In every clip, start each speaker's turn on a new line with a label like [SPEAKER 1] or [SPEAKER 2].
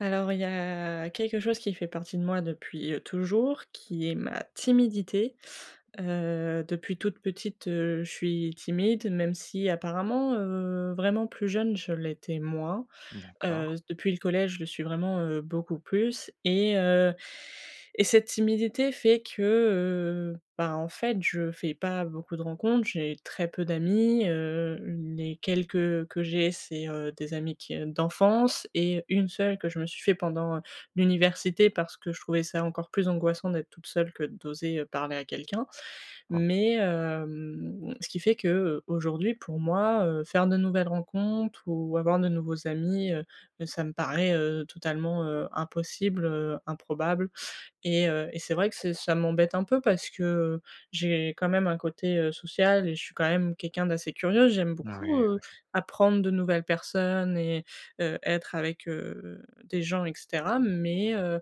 [SPEAKER 1] Alors, il y a quelque chose qui fait partie de moi depuis, toujours, qui est ma timidité. Depuis toute petite, je suis timide, même si apparemment, vraiment plus jeune, je l'étais moins.
[SPEAKER 2] D'accord.
[SPEAKER 1] Depuis le collège, je le suis vraiment, beaucoup plus et cette timidité fait que, bah, en fait, je fais pas beaucoup de rencontres, j'ai très peu d'amis, les quelques que j'ai, c'est, des amis qui, d'enfance et une seule que je me suis fait pendant, l'université parce que je trouvais ça encore plus angoissant d'être toute seule que d'oser, parler à quelqu'un.
[SPEAKER 2] Oh oui.
[SPEAKER 1] Ce qui fait que, aujourd'hui pour moi, faire de nouvelles rencontres ou avoir de nouveaux amis, ça me paraît, totalement, impossible, improbable et c'est vrai que c'est ça m'embête un peu parce que, j'ai quand même un côté, social et je suis quand même quelqu'un d'assez curieux. J'aime
[SPEAKER 2] Oui,
[SPEAKER 1] beaucoup,
[SPEAKER 2] oui.
[SPEAKER 1] apprendre de nouvelles personnes et être avec, des gens et cetera mais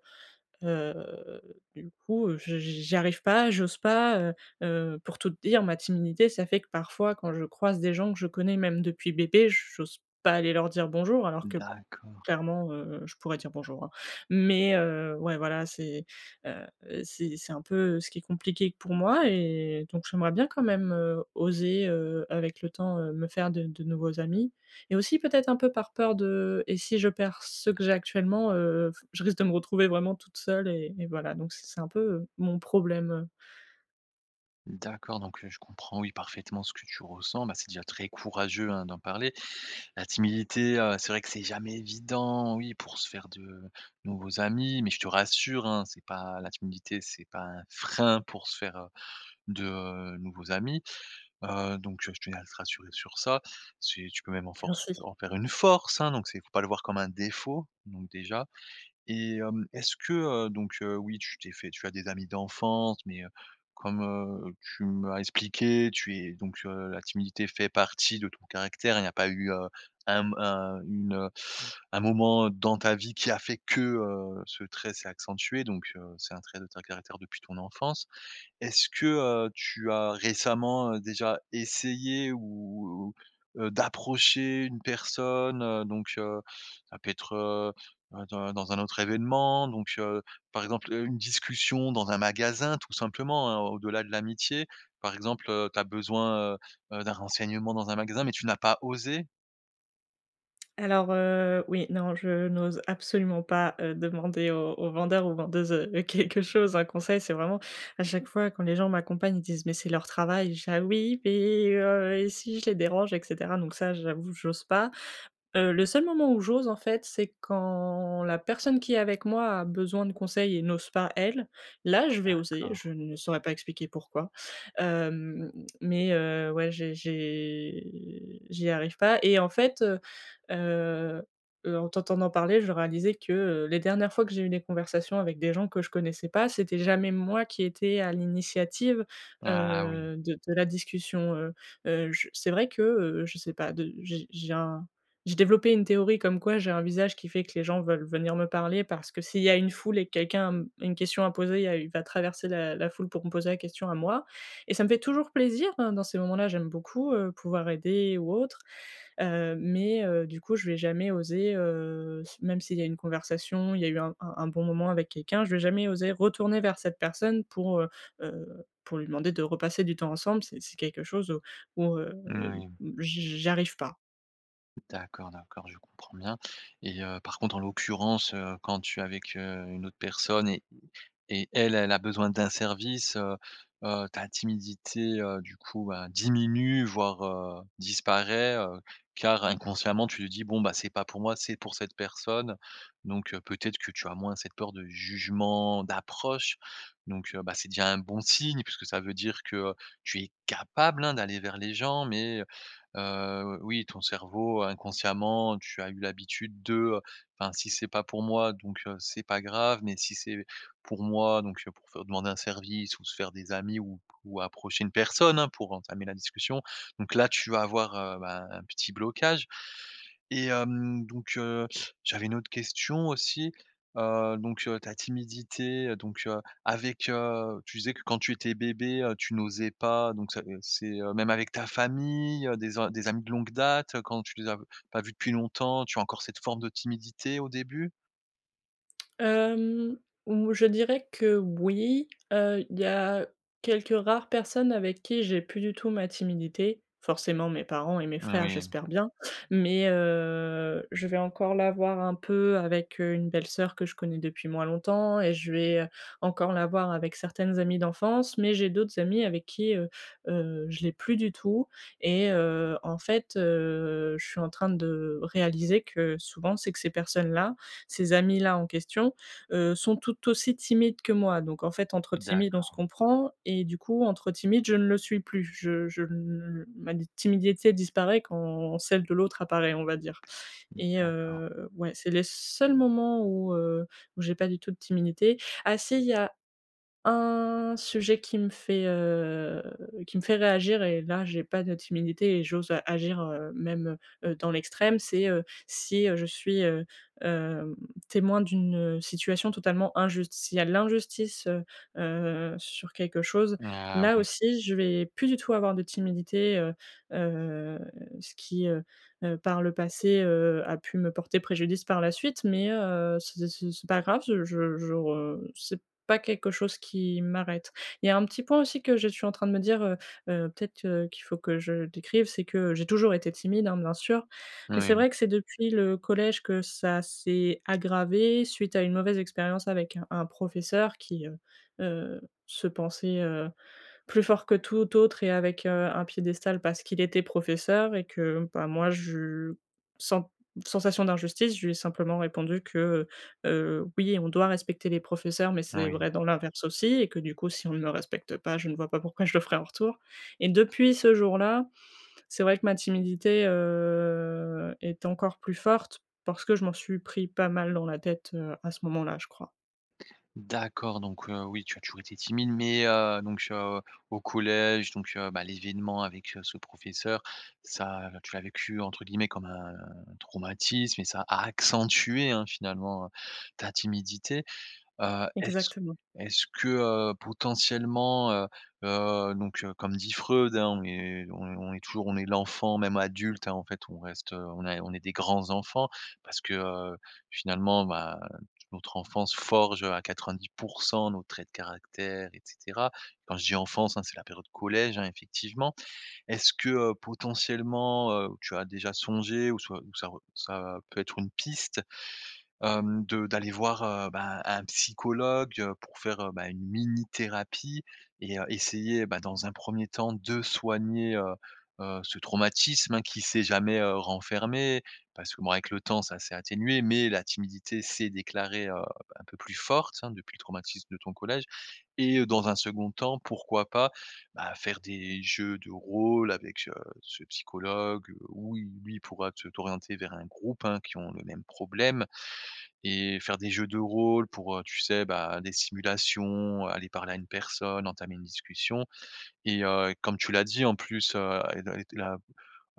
[SPEAKER 1] Heu, du coup, je j'y arrive pas, j'ose pas, pour tout te dire, ma timidité, ça fait que parfois, quand je croise des gens que je connais, même depuis bébé, j'ose pas aller leur dire bonjour alors que
[SPEAKER 2] D'accord,
[SPEAKER 1] clairement, je pourrais dire «bonjour», hein. Ouais, voilà, heu, c'est un peu ce qui est compliqué pour moi et donc j'aimerais bien quand même, oser, avec le temps, me faire de nouveaux amis et aussi peut-être un peu par peur de et si je perds ceux que j'ai actuellement, f je risque de me retrouver vraiment toute seule et voilà, donc c'est un peu, mon problème,
[SPEAKER 2] d'accord, donc je comprends, oui, parfaitement ce que tu ressens. Bah, c'est déjà très courageux, hein, d'en parler. La timidité, c'est vrai que c'est jamais évident, oui, pour se faire de nouveaux amis, mais je te rassure, hein, c'est pas la timidité, c'est pas un frein pour se faire, de, nouveaux amis. Donc je tenais à te rassurer sur ça. C'est tu peux même en force
[SPEAKER 1] merci.
[SPEAKER 2] en faire une force, hein, donc c'est faut pas le voir comme un défaut, donc déjà. Et est-ce que, donc, oui, tu t'es fait tu as des amis d'enfance, mais, comme, tu m'as expliqué, tu es donc, la timidité fait partie de ton caractère. Il n'y a pas eu, un un une, heu, un moment dans ta vie qui a fait que, ce trait s'est accentué, donc, c'est un trait de ton caractère depuis ton enfance. Est-ce que, tu as récemment, déjà essayé ou, d'approcher une personne, donc, ça peut être, dans un autre événement, donc, par exemple, une discussion dans un magasin tout simplement, hein, au-delà de l'amitié. Par exemple, tu as besoin, d'un renseignement dans un magasin, mais tu n'as pas osé?
[SPEAKER 1] Alors, oui, non, je n'ose absolument pas, demander aux vendeurs ou vendeuses, quelque chose, un conseil. C'est vraiment à chaque fois quand les gens m'accompagnent, ils disent: «Mais c'est leur travail». Je dis: «Ah oui, mais et si je les dérange?» et cetera. Donc ça, j'avoue, j'ose pas. Le seul moment où j'ose, en fait, c'est quand la personne qui est avec moi a besoin de conseils et n'ose pas elle. Là, je vais oser, je
[SPEAKER 2] D'accord.
[SPEAKER 1] ne saurais pas expliquer pourquoi. Hem, mais ouais, j'y arrive pas et en fait, Heu en t'entendant parler, je réalisais que, les dernières fois que j'ai eu des conversations avec des gens que je connaissais pas, c'était jamais moi qui étais à l'initiative,
[SPEAKER 2] Ah oui,
[SPEAKER 1] de la discussion, je c'est vrai que, je sais pas, de j'ai un j'ai développé une théorie comme quoi j'ai un visage qui fait que les gens veulent venir me parler parce que s'il y a une foule et que quelqu'un a m une question à poser, il y a il va traverser la foule pour me poser la question à moi et ça me fait toujours plaisir, hein, dans ces moments-là, j'aime beaucoup, pouvoir aider ou autre. Mais du coup, je vais jamais oser, s même s'il y a une conversation, il y a eu un bon moment avec quelqu'un, je vais jamais oser retourner vers cette personne pour lui demander de repasser du temps ensemble. C'est quelque chose où où,
[SPEAKER 2] oui,
[SPEAKER 1] j'arrive pas.
[SPEAKER 2] d'accord, d'accord, je comprends bien et par contre, en l'occurrence, quand tu es avec, une autre personne et elle, elle a besoin d'un service, ta timidité, du coup, bah, diminue, voire, disparaît, car inconsciemment tu te dis: «Bon, bah, c'est pas pour moi, c'est pour cette personne». Donc peut-être que tu as moins cette peur de jugement, d'approche. Donc bah, c'est déjà un bon signe puisque ça veut dire que, tu es capable, hein, d'aller vers les gens mais oui, ton cerveau inconsciemment, tu as eu l'habitude de, «Enfin, si c'est pas pour moi, donc c'est pas grave, mais si c'est pour moi, donc pour faire demander un service ou se faire des amis ou approcher une personne, hein, pour entamer la discussion. Donc là, tu vas avoir, bah, un petit blocage et donc j'avais une autre question aussi, donc ta timidité, donc avec, tu disais que quand tu étais bébé, tu n'osais pas, donc ça, c'est, même avec ta famille, des amis de longue date, quand tu les as pas vus depuis longtemps, tu as encore cette forme de timidité au début?
[SPEAKER 1] Hem, ou je dirais que oui, il y a quelques rares personnes avec qui j'ai plus du tout ma timidité. Forcément mes parents et mes frères,
[SPEAKER 2] Oui,
[SPEAKER 1] j'espère bien, mais je vais encore l'avoir un peu avec, une belle-sœur que je connais depuis moins longtemps et je vais, encore l'avoir avec certaines amies d'enfance, mais j'ai d'autres amies avec qui, je l'ai plus du tout et en fait, je suis en train de réaliser que souvent c'est que ces personnes-là, ces amis-là en question sont tout aussi timides que moi. Donc en fait, entre
[SPEAKER 2] d'acc
[SPEAKER 1] timides, on se comprend et du coup, entre timides, je ne le suis plus. Je ne Ma timidité disparaît quand celle de l'autre apparaît, on va dire.
[SPEAKER 2] d'accord.
[SPEAKER 1] Ouais, c'est les seuls moments où, où j'ai pas du tout de timidité. Ah si, il y a un sujet qui me fait réagir et là j'ai pas de timidité et j'ose a agir, même, dans l'extrême, c'est, si, je suis, hem, témoin d'une situation totalement injuste. S'il y a de l'injustice, sur quelque chose,
[SPEAKER 2] Ah
[SPEAKER 1] là
[SPEAKER 2] oui,
[SPEAKER 1] aussi je vais plus du tout avoir de timidité, heu, ce qui, par le passé, a pu me porter préjudice par la suite mais c'est pas grave, je re c'est pas quelque chose qui m'arrête. Il y a un petit point aussi que je suis en train de me dire, peut-être, qu'il faut que je décrive, c'est que j'ai toujours été timide, hein, bien sûr, mais
[SPEAKER 2] oui.
[SPEAKER 1] c'est vrai que c'est depuis le collège que ça s'est aggravé suite à une mauvaise expérience avec un professeur qui, heu, se pensait, plus fort que tout autre et avec, un piédestal parce qu'il était professeur et que, bah, moi je sans sensation d'injustice, je lui ai simplement répondu que, heu oui, on doit respecter les professeurs, mais c'est
[SPEAKER 2] Oui.
[SPEAKER 1] vrai dans l'inverse aussi et que du coup, si on ne le respecte pas, je ne vois pas pourquoi je le ferais en retour. Et depuis ce jour-là, c'est vrai que ma timidité, est encore plus forte parce que je m'en suis pris pas mal dans la tête, à ce moment-là, je crois.
[SPEAKER 2] D'accord, donc oui, tu as toujours été timide, mais donc au collège, donc bah, l'événement avec, ce professeur, ça tu l'as vécu entre guillemets comme un traumatisme et ça a accentué, hein, finalement, ta timidité. Heu, est-ce
[SPEAKER 1] Exactement.
[SPEAKER 2] est-ce que, potentiellement, donc comme dit Freud, hein, on est toujours on est l'enfant, même adulte, hein, en fait, on reste, on est des grands enfants parce que, finalement, bah, notre enfance forge, à 90 nos traits de caractère et cetera. Quand je dis enfance, hein, c'est la période collège, hein, effectivement. Est-ce que, potentiellement, tu as déjà songé ou soit ou ça peut être une piste, de d'aller voir, ben, un psychologue, pour faire, bah, une mini thérapie et essayer, bah, dans un premier temps de soigner, ce traumatisme, hein, qui s'est jamais, renfermé. Parce que bon, avec le temps, ça s'est atténué, mais la timidité s'est déclarée, un peu plus forte, hein, depuis le traumatisme de ton collège et dans un second temps, pourquoi pas, bah, faire des jeux de rôle avec, ce psychologue, où il lui pourra te t'orienter vers un groupe, hein, qui ont le même problème et faire des jeux de rôle pour, tu sais, bah, des simulations, aller parler à une personne, entamer une discussion et comme tu l'as dit en plus, et la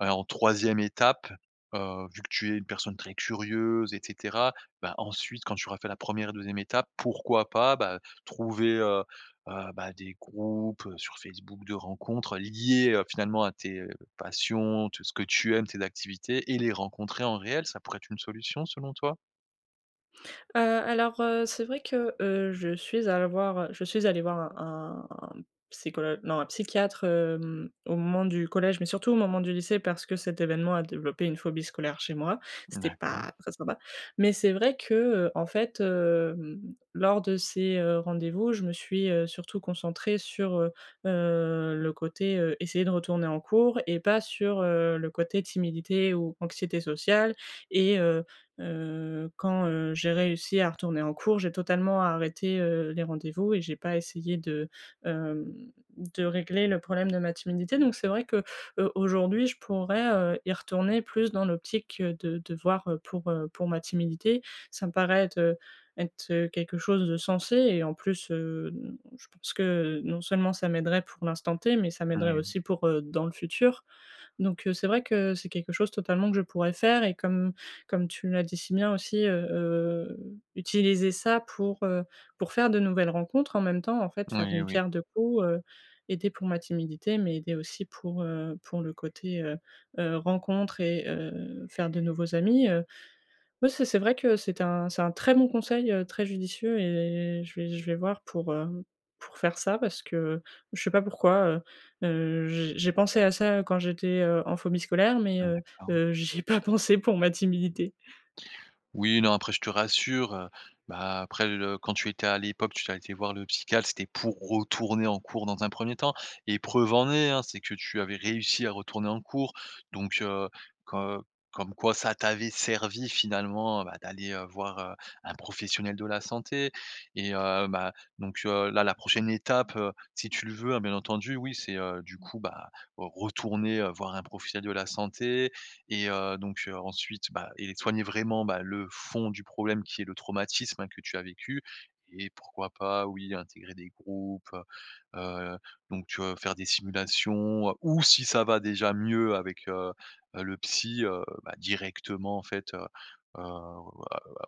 [SPEAKER 2] en troisième étape, vu que tu es une personne très curieuse et cetera, bah, ensuite quand tu auras fait la première re et 2e étape, pourquoi pas, bah, trouver, bah, des groupes, sur Facebook de rencontres liés finalement à tes, passions, tout ce que tu aimes, tes activités et les rencontrer en réel, ça pourrait être une solution selon toi?
[SPEAKER 1] Alors, c'est vrai que, je suis allée voir un psychologue non, un psychiatre, au moment du collège, mais surtout au moment du lycée parce que cet événement a développé une phobie scolaire chez moi. C'était
[SPEAKER 2] D'accord.
[SPEAKER 1] pas très sympa, mais c'est vrai que, en fait, lors de ces, rendez-vous, je me suis, surtout concentrée sur, le côté, essayer de retourner en cours et pas sur, le côté timidité ou anxiété sociale et quand, j'ai réussi à retourner en cours, j'ai totalement arrêté, les rendez-vous et j'ai pas essayé de, hem, de régler le problème de ma timidité. Donc c'est vrai que, aujourd'hui, je pourrais, y retourner plus dans l'optique, de voir, pour ma timidité. Ça me paraît être, quelque chose de sensé et en plus, je pense que non seulement ça m'aiderait pour l'instant T, mais ça m'aiderait
[SPEAKER 2] Oui,
[SPEAKER 1] aussi pour, dans le futur. Donc, c'est vrai que c'est quelque chose totalement que je pourrais faire et comme tu l'as dit si bien aussi, utiliser ça pour faire de nouvelles rencontres en même temps, en fait, faire
[SPEAKER 2] oui,
[SPEAKER 1] d'une
[SPEAKER 2] oui,
[SPEAKER 1] pierre deux coups, aider pour ma timidité, mais aider aussi pour le côté, rencontre et faire de nouveaux amis, oui, c'est vrai que c'est un très bon conseil, très judicieux et je vais voir pour, pour faire ça parce que je sais pas pourquoi, j'ai pensé à ça quand j'étais, en phobie scolaire mais heu
[SPEAKER 2] d'accord.
[SPEAKER 1] heu, j'y ai pas pensé pour ma timidité.
[SPEAKER 2] Oui, non, après, je te rassure, bah, après le quand tu étais à l'époque, tu as été voir le psychiatre, c'était pour retourner en cours dans un premier temps et preuve en est, hein, c'est que tu avais réussi à retourner en cours donc co comme quoi ça t'avait servi finalement, bah, d'aller, voir, un professionnel de la santé et bah, donc là, la prochaine étape, si tu le veux, hein, bien entendu, oui, c'est, du coup, bah, retourner, voir un professionnel de la santé et donc ensuite, bah et soigner vraiment, bah, le fond du problème qui est le traumatisme, hein, que tu as vécu et pourquoi pas, oui, intégrer des groupes, heu heu, donc faire des simulations, ou si ça va déjà mieux avec, le psy, bah, directement en fait, heu,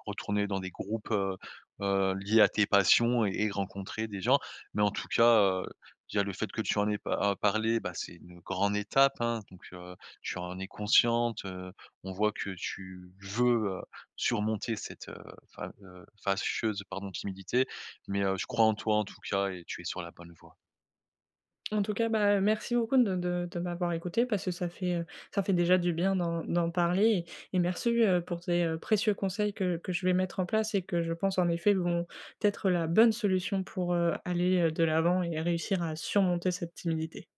[SPEAKER 2] retourner dans des groupes, liés à tes passions et rencontrer des gens. Mais en tout cas, déjà le fait que tu en aies pa parlé, bah, c'est une grande étape, hein, donc tu en es consciente, on voit que tu veux, heu, surmonter cette, fa fâcheuse, pardon, timidité mais je crois en toi en tout cas et tu es sur la bonne voie.
[SPEAKER 1] En tout cas, bah, merci beaucoup de m'avoir écouté parce que ça fait déjà du bien d'en parler et merci, pour tes, précieux conseils que je vais mettre en place et que je pense en effet vont être la bonne solution pour, aller, de l'avant et réussir à surmonter cette timidité.